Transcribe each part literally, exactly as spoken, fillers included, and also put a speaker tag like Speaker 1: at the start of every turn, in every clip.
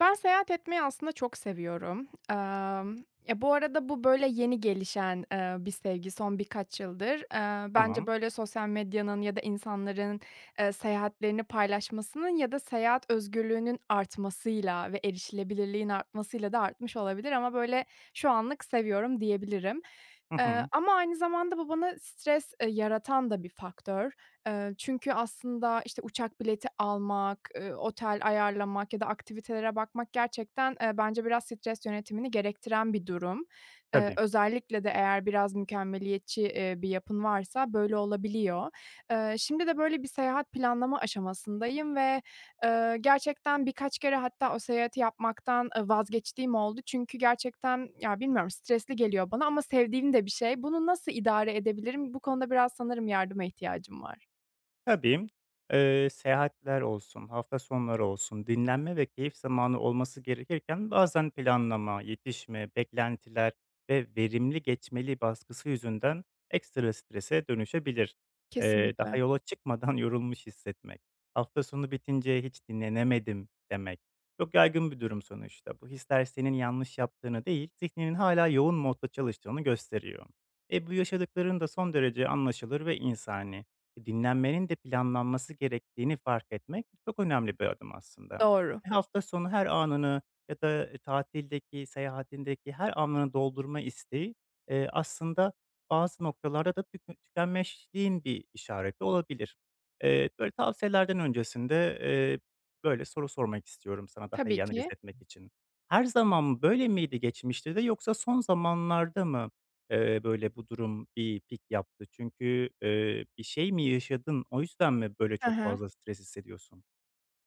Speaker 1: Ben seyahat etmeyi aslında çok seviyorum. Emm, ya, bu arada bu, böyle, yeni gelişen, eee, bir sevgi son birkaç yıldır. Eee, bence,
Speaker 2: Tamam.
Speaker 1: böyle, sosyal medyanın ya da insanların, eee, seyahatlerini paylaşmasının ya da seyahat özgürlüğünün artmasıyla ve erişilebilirliğin artmasıyla da artmış olabilir ama, böyle, şu anlık seviyorum diyebilirim.
Speaker 2: Hı
Speaker 1: Eee,
Speaker 2: hı.
Speaker 1: ama aynı zamanda bu bana stres, eee, yaratan da bir faktör. Eee, çünkü aslında, işte, uçak bileti almak, eee, otel ayarlamak ya da aktivitelere bakmak gerçekten, eee, bence biraz stres yönetimini gerektiren bir durum. Eee,
Speaker 2: Tabii.
Speaker 1: özellikle de eğer biraz mükemmeliyetçi, eee, bir yapın varsa böyle olabiliyor. Eee, şimdi de böyle bir seyahat planlama aşamasındayım ve, eee, gerçekten birkaç kere hatta o seyahati yapmaktan, eee, vazgeçtiğim oldu. Çünkü gerçekten, ya, bilmiyorum, stresli geliyor bana ama sevdiğim de bir şey. Bunu nasıl idare edebilirim? Bu konuda biraz sanırım yardıma ihtiyacım var.
Speaker 2: Tabii, eee, seyahatler olsun, hafta sonları olsun, dinlenme ve keyif zamanı olması gerekirken bazen planlama, yetişme, beklentiler ve verimli geçmeli baskısı yüzünden ekstra strese dönüşebilir. Eee, daha
Speaker 1: Kesinlikle.
Speaker 2: yola çıkmadan yorulmuş hissetmek, hafta sonu bitince hiç dinlenemedim demek çok yaygın bir durum sonuçta. Bu hisler senin yanlış yaptığını değil, zihninin hala yoğun modda çalıştığını gösteriyor. E, bu yaşadıkların da son derece anlaşılır ve insani. E, Dinlenmenin de planlanması gerektiğini fark etmek çok önemli bir adım aslında.
Speaker 1: Doğru.
Speaker 2: Ve hafta sonu her anını ya da, e, tatildeki, seyahatindeki her anını doldurma isteği, eee, aslında bazı noktalarda da tükü tükenmişliğin bir işareti olabilir. Eee, böyle, tavsiyelerden öncesinde, eee, böyle, soru sormak istiyorum sana daha
Speaker 1: Tabii
Speaker 2: iyi analiz
Speaker 1: ki.
Speaker 2: etmek için. Her zaman böyle miydi geçmişte de yoksa son zamanlarda mı? Eee, böyle, bu durum bir pik yaptı? Çünkü, eee, bir şey mi yaşadın, o yüzden mi böyle
Speaker 1: Hı
Speaker 2: çok
Speaker 1: hı.
Speaker 2: fazla stres hissediyorsun?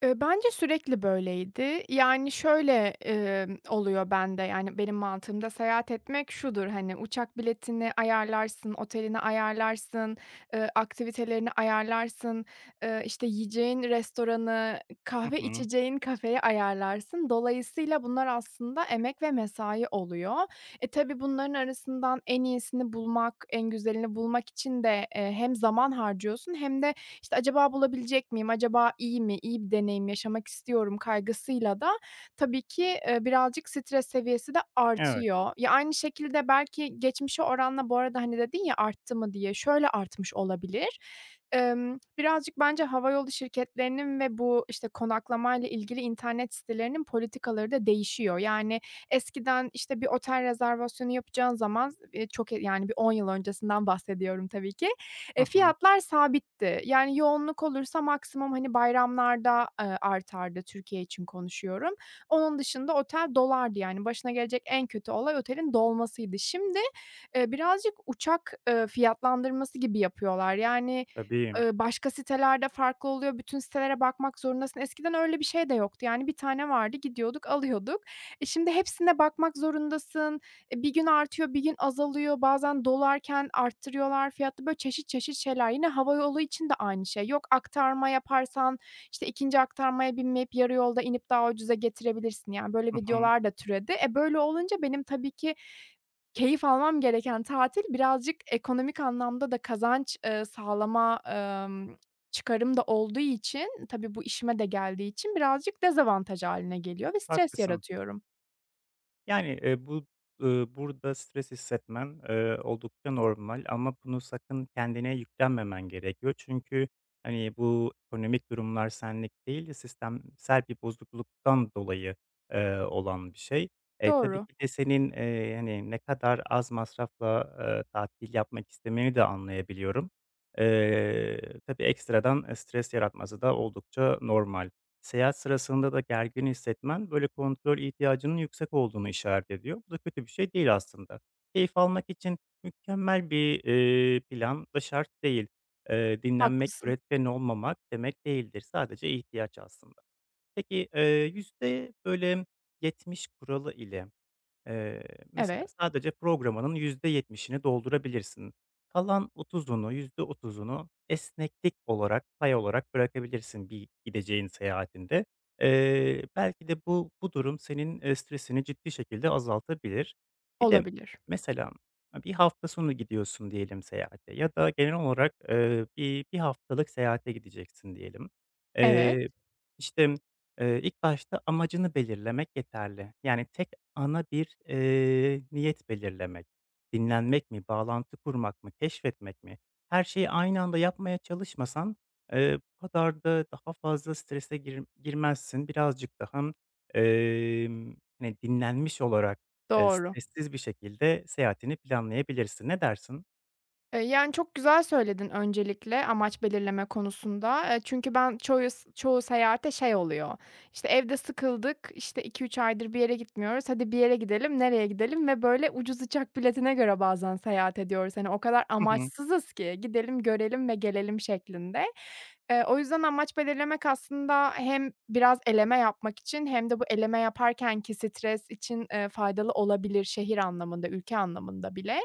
Speaker 1: Eee, bence sürekli böyleydi. Yani, şöyle, emm, oluyor bende, yani, benim mantığımda seyahat etmek şudur, hani, uçak biletini ayarlarsın, otelini ayarlarsın, eee, aktivitelerini ayarlarsın, eee, işte, yiyeceğin restoranı,
Speaker 2: Hı
Speaker 1: kahve
Speaker 2: hı.
Speaker 1: içeceğin kafeyi ayarlarsın. Dolayısıyla bunlar aslında emek ve mesai oluyor. E, tabii bunların arasından en iyisini bulmak, en güzelini bulmak için de, eee, hem zaman harcıyorsun hem de işte, acaba bulabilecek miyim, acaba iyi mi, iyi bir deneyim yaşamak istiyorum kaygısıyla da tabii ki, eee, birazcık stres seviyesi de
Speaker 2: Evet.
Speaker 1: artıyor. Ya, aynı şekilde belki geçmişe oranla bu arada, hani, dedin ya arttı mı diye, şöyle artmış olabilir. Emm, birazcık bence havayolu şirketlerinin ve bu, işte, konaklamayla ilgili internet sitelerinin politikaları da değişiyor. Yani eskiden, işte, bir otel rezervasyonu yapacağın zaman, eee, çok, e- yani, bir on yıl öncesinden bahsediyorum tabii ki.
Speaker 2: Hı
Speaker 1: Eee,
Speaker 2: hı.
Speaker 1: fiyatlar sabitti. Yani yoğunluk olursa maksimum, hani, bayramlarda, eee, artardı, Türkiye için konuşuyorum. Onun dışında otel dolardı, yani, başına gelecek en kötü olay otelin dolmasıydı. Şimdi, eee, birazcık uçak, eee, fiyatlandırması gibi yapıyorlar. Yani,
Speaker 2: Tabii.
Speaker 1: eee, başka sitelerde farklı oluyor, bütün sitelere bakmak zorundasın. Eskiden öyle bir şey de yoktu. Yani, bir tane vardı, gidiyorduk, alıyorduk. E, şimdi hepsine bakmak zorundasın. E, bir gün artıyor, bir gün azalıyor. Bazen dolarken arttırıyorlar fiyatı. Böyle çeşit çeşit şeyler. Yine havayolu için de aynı şey. Yok aktarma yaparsan, işte ikinci aktarmaya binmeyip yarı yolda inip daha ucuza getirebilirsin. Yani böyle
Speaker 2: Hı hı.
Speaker 1: videolar da türedi. E, böyle olunca benim tabii ki keyif almam gereken tatil birazcık ekonomik anlamda da kazanç, eee, sağlama, emm, çıkarım da olduğu için, tabii bu işime de geldiği için birazcık dezavantaj haline geliyor ve stres
Speaker 2: Haklısın.
Speaker 1: yaratıyorum.
Speaker 2: Yani, eee, bu, ııı, burada stres hissetmen, eee, oldukça normal ama bunu sakın kendine yüklenmemen gerekiyor. Çünkü, hani, bu ekonomik durumlar senlik değil sistemsel bir bozukluktan dolayı, eee, olan bir şey. E, tabii
Speaker 1: Doğru,
Speaker 2: ki de senin, eee, hani, ne kadar az masrafla, eee, tatil yapmak istemeni de anlayabiliyorum. Eee, tabii ekstradan, eee, stres yaratması da oldukça normal. Seyahat sırasında da gergin hissetmen, böyle, kontrol ihtiyacının yüksek olduğunu işaret ediyor. Bu da kötü bir şey değil aslında. Keyif almak için mükemmel bir, eee, plan da şart değil. Eee, dinlenmek,
Speaker 1: haklısın.
Speaker 2: üretken olmamak demek değildir. Sadece ihtiyaç aslında. Peki, eee, yüzde böyle, yetmiş kuralı ile Eee, mesela
Speaker 1: Evet,
Speaker 2: sadece programının yüzde yetmişini doldurabilirsin. Kalan otuzunu, yüzde otuzunu esneklik olarak, pay olarak bırakabilirsin bir gideceğin seyahatinde. Eee, belki de bu bu durum senin, eee, stresini ciddi şekilde azaltabilir. Bir de
Speaker 1: olabilir.
Speaker 2: mesela, bir hafta sonu gidiyorsun diyelim seyahate ya da genel olarak, eee, bir bir haftalık seyahate gideceksin diyelim.
Speaker 1: Evet.
Speaker 2: Eee, işte, eee, ilk başta amacını belirlemek yeterli. Yani tek ana bir, eee, niyet belirlemek, dinlenmek mi, bağlantı kurmak mı, keşfetmek mi? Her şeyi aynı anda yapmaya çalışmasan, eee, bu kadar da daha fazla strese gir girmezsin. Birazcık daha, emm, hani, dinlenmiş olarak, eee,
Speaker 1: Doğru.
Speaker 2: stressiz bir şekilde seyahatini planlayabilirsin. Ne dersin?
Speaker 1: Eee, yani, çok güzel söyledin öncelikle amaç belirleme konusunda. Eee, çünkü ben çoğu çoğu seyahate şey oluyor, İşte evde sıkıldık, işte, iki üç aydır bir yere gitmiyoruz, hadi bir yere gidelim, nereye gidelim ve böyle ucuz uçak biletine göre bazen seyahat ediyoruz. Hani, o kadar
Speaker 2: Hı hı.
Speaker 1: amaçsızız ki gidelim, görelim ve gelelim şeklinde. Eee, o yüzden amaç belirlemek aslında hem biraz eleme yapmak için hem de bu eleme yaparkenki stres için, eee, faydalı olabilir şehir anlamında, ülke anlamında bile.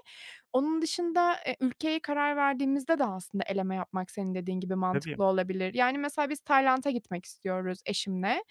Speaker 1: Onun dışında, eee, ülkeye karar verdiğimizde de aslında eleme yapmak senin dediğin gibi
Speaker 2: Tabii.
Speaker 1: mantıklı olabilir. Yani, mesela biz Tayland'a gitmek istiyoruz eşimle.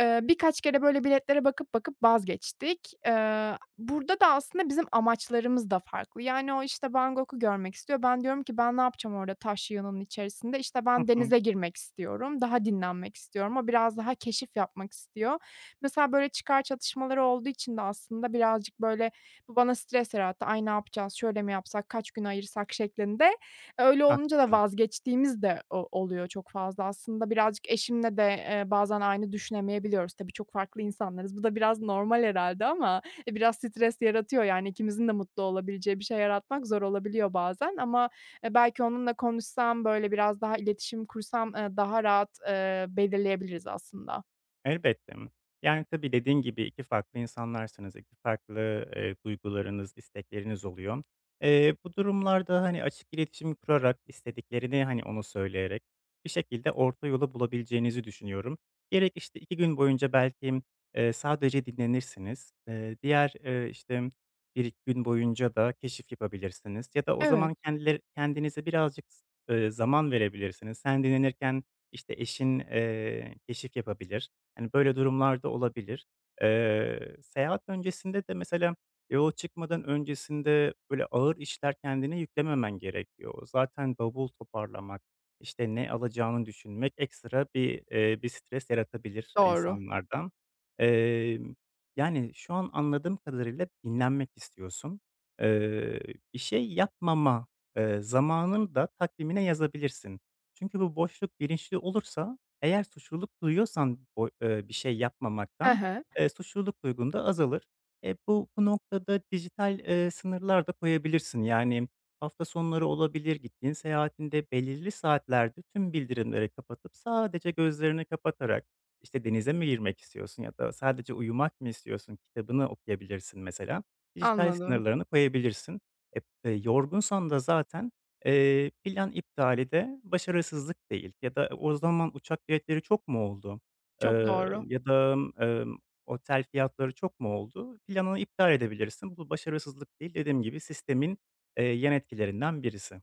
Speaker 1: Eee, birkaç kere böyle biletlere bakıp bakıp vazgeçtik. Eee, burada da aslında bizim amaçlarımız da farklı. Yani, o, işte, Bangkok'u görmek istiyor. Ben diyorum ki ben ne yapacağım orada taş yığınının içerisinde? İşte,
Speaker 2: Hı
Speaker 1: ben
Speaker 2: hı.
Speaker 1: denize girmek istiyorum, daha dinlenmek istiyorum. O biraz daha keşif yapmak istiyor. Mesela böyle çıkar çatışmaları olduğu için de aslında birazcık böyle bu bana stres yarattı. "Ay, ne yapacağız, şöyle mi yapsak, kaç gün ayırsak?" şeklinde. E, öyle olunca da
Speaker 2: Haklısın.
Speaker 1: vazgeçtiğimiz de o oluyor çok fazla. Aslında birazcık eşimle de, eee, bazen aynı düşünemeyebiliyoruz. Tabii çok farklı insanlarız. Bu da biraz normal herhalde ama, e, biraz stres yaratıyor. Yani ikimizin de mutlu olabileceği bir şey yaratmak zor olabiliyor bazen ama, eee, belki onunla konuşsam, böyle, biraz daha iletişim kursam, eee, daha rahat, eee, belirleyebiliriz aslında.
Speaker 2: Elbette. Yani, tabii, dediğin gibi iki farklı insanlarsınız, iki farklı, eee, duygularınız, istekleriniz oluyor. Eee, bu durumlarda, hani, açık iletişim kurarak, istediklerini, hani, onu söyleyerek bir şekilde orta yolu bulabileceğinizi düşünüyorum. Gerek, işte, iki gün boyunca belki, eee, sadece dinlenirsiniz. Eee, diğer, eee, işte, bir iki gün boyunca da keşif yapabilirsiniz ya da o
Speaker 1: Evet,
Speaker 2: zaman kendileri kendinize birazcık s zaman verebilirsiniz. Sen dinlenirken, işte, eşin, eee, keşif yapabilir. Hani, böyle durumlar da olabilir. Eee, seyahat öncesinde de mesela yola çıkmadan öncesinde, böyle, ağır işler kendine yüklememen gerekiyor. Zaten bavul toparlamak, işte, ne alacağını düşünmek ekstra bir, eee, bir stres yaratabilir
Speaker 1: doğru.
Speaker 2: insanlardan. Emm, Yani, şu an anladığım kadarıyla dinlenmek istiyorsun. Eee, Bir şey yapmama, eee, zamanını da takvimine yazabilirsin. Çünkü bu boşluk bilinçli olursa eğer suçluluk duyuyorsan o, eee, bir şey
Speaker 1: He
Speaker 2: yapmamaktan,
Speaker 1: he,
Speaker 2: eee, suçluluk duygun da azalır. E, bu bu noktada dijital, eee, sınırlar da koyabilirsin. Yani hafta sonları olabilir, gittiğin seyahatinde belirli saatlerde tüm bildirimleri kapatıp sadece gözlerini kapatarak, işte, denize mi girmek istiyorsun ya da sadece uyumak mı istiyorsun, kitabını okuyabilirsin mesela. Dijital
Speaker 1: anladım.
Speaker 2: sınırlarını koyabilirsin. E, eee, Yorgunsan da zaten Eee, plan iptali de başarısızlık değil ya da o zaman uçak biletleri çok mu oldu?
Speaker 1: Çok
Speaker 2: Eee,
Speaker 1: doğru.
Speaker 2: ya da, emm, otel fiyatları çok mu oldu? Planını iptal edebilirsin. Bu başarısızlık değil, dediğim gibi sistemin, eee, yan etkilerinden birisi.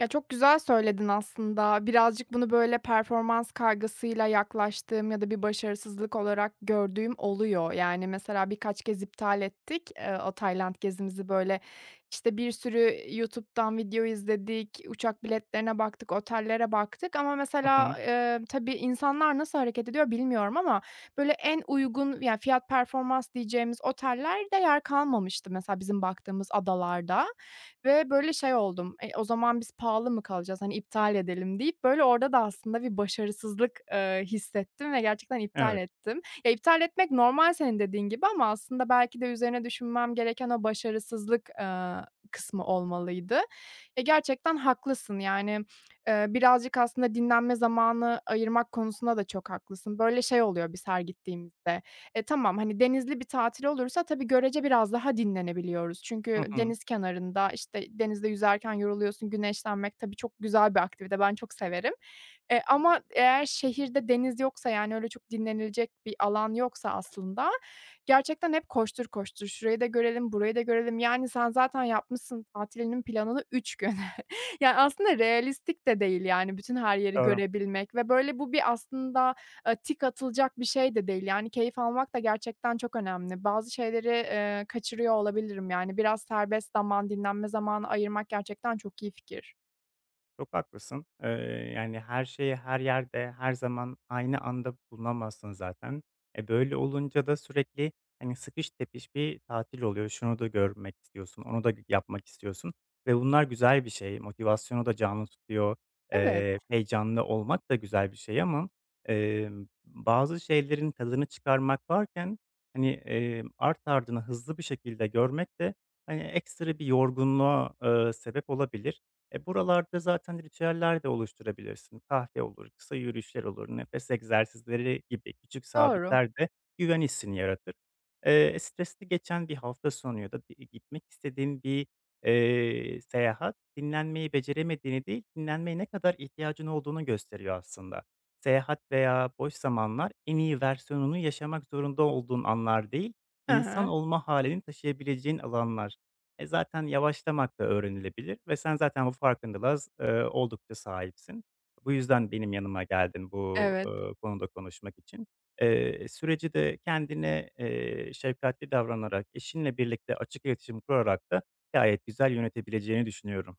Speaker 1: Ya, çok güzel söyledin aslında. Birazcık bunu, böyle, performans kaygısıyla yaklaştığım ya da bir başarısızlık olarak gördüğüm oluyor. Yani, mesela birkaç kez iptal ettik, eee, o Tayland gezimizi, böyle, işte, bir sürü YouTube'dan video izledik, uçak biletlerine baktık, otellere baktık ama
Speaker 2: Hı
Speaker 1: mesela,
Speaker 2: hı.
Speaker 1: eee, tabii insanlar nasıl hareket ediyor bilmiyorum ama, böyle, en uygun, yani, fiyat performans diyeceğimiz otellerde yer kalmamıştı mesela bizim baktığımız adalarda. Ve böyle şey oldum, "E, o zaman biz pahalı mı kalacağız? Hani, iptal edelim." deyip böyle orada da aslında bir başarısızlık, eee, hissettim ve gerçekten iptal
Speaker 2: Evet.
Speaker 1: ettim. Ya, iptal etmek normal senin dediğin gibi ama aslında belki de üzerine düşünmem gereken o başarısızlık, eee, kısmı olmalıydı. E, gerçekten haklısın. Yani, eee, birazcık aslında dinlenme zamanı ayırmak konusunda da çok haklısın. Böyle şey oluyor biz her gittiğimizde. E, tamam, hani, denizli bir tatil olursa tabii görece biraz daha dinlenebiliyoruz.
Speaker 2: Hı
Speaker 1: Çünkü
Speaker 2: hı.
Speaker 1: deniz kenarında, işte, denizde yüzerken yoruluyorsun, güneşlenmek tabii çok güzel bir aktivite, ben çok severim. Eee, ama eğer şehirde deniz yoksa, yani, öyle çok dinlenilecek bir alan yoksa aslında gerçekten hep koştur koştur, şurayı da görelim, burayı da görelim. Yani, sen zaten yapmışsın tatilinin planını üç gün. Yani, aslında realistik de değil, yani, bütün her yeri
Speaker 2: Doğru.
Speaker 1: görebilmek ve böyle bu bir aslında eee, tik atılacak bir şey de değil. Yani keyif almak da gerçekten çok önemli. Bazı şeyleri, eee, kaçırıyor olabilirim. Yani biraz serbest zaman, dinlenme zamanı ayırmak gerçekten çok iyi fikir.
Speaker 2: Çok haklısın. Eee, yani, her şeyi her yerde, her zaman aynı anda bulunamazsın zaten. E, böyle olunca da sürekli, hani, sıkış tepiş bir tatil oluyor. Şunu da görmek istiyorsun, onu da yapmak istiyorsun ve bunlar güzel bir şey. Motivasyonu da canlı tutuyor.
Speaker 1: Evet,
Speaker 2: Eee, heyecanlı olmak da güzel bir şey ama, emm, bazı şeylerin tadını çıkarmak varken, hani, emm, art ardına hızlı bir şekilde görmek de, hani, ekstra bir yorgunluğa, eee, sebep olabilir. E, buralarda zaten ritüeller de oluşturabilirsin. Kahve olur, kısa yürüyüşler olur, nefes egzersizleri gibi küçük
Speaker 1: doğru.
Speaker 2: sabitler de güven hissini yaratır. Eee, stresli geçen bir hafta sonu ya da di gitmek istediğin bir, eee, seyahat dinlenmeyi beceremediğini değil, dinlenmeye ne kadar ihtiyacın olduğunu gösteriyor aslında. Seyahat veya boş zamanlar en iyi versiyonunu yaşamak zorunda olduğun anlar değil,
Speaker 1: Hı
Speaker 2: insan
Speaker 1: hı.
Speaker 2: olma halini taşıyabileceğin alanlar. E, zaten yavaşlamak da öğrenilebilir ve sen zaten bu farkındalığa z eee, oldukça sahipsin. Bu yüzden benim yanıma geldin bu,
Speaker 1: Evet.
Speaker 2: eee, konuda konuşmak için. Eee, süreci de kendine, eee, şefkatli davranarak, eşinle birlikte açık iletişim kurarak da gayet güzel yönetebileceğini düşünüyorum.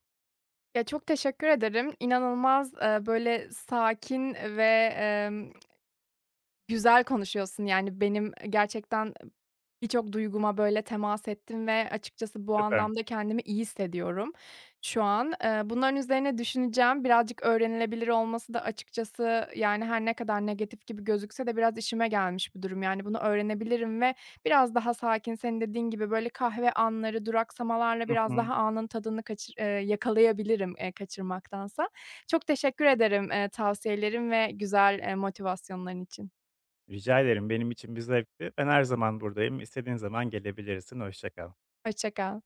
Speaker 1: Ya, çok teşekkür ederim. İnanılmaz, eee, böyle sakin ve güzel konuşuyorsun, yani, benim gerçekten birçok duyguma, böyle, temas ettin ve açıkçası bu
Speaker 2: Süper.
Speaker 1: anlamda kendimi iyi hissediyorum şu an. Eee, bunların üzerine düşüneceğim. Birazcık öğrenilebilir olması da açıkçası, yani, her ne kadar negatif gibi gözükse de biraz işime gelmiş bir durum. Yani, bunu öğrenebilirim ve biraz daha sakin, senin dediğin gibi, böyle, kahve anları, duraksamalarla
Speaker 2: Hı
Speaker 1: biraz
Speaker 2: hı.
Speaker 1: daha anın tadını kaçır eee, yakalayabilirim, eee, kaçırmaktansa. Çok teşekkür ederim, eee, tavsiyelerin ve güzel, eee, motivasyonların için.
Speaker 2: Rica ederim, benim için bir zevkti. Ben her zaman buradayım, İstediğin zaman gelebilirsin. Hoşça kal.
Speaker 1: Hoşça kal.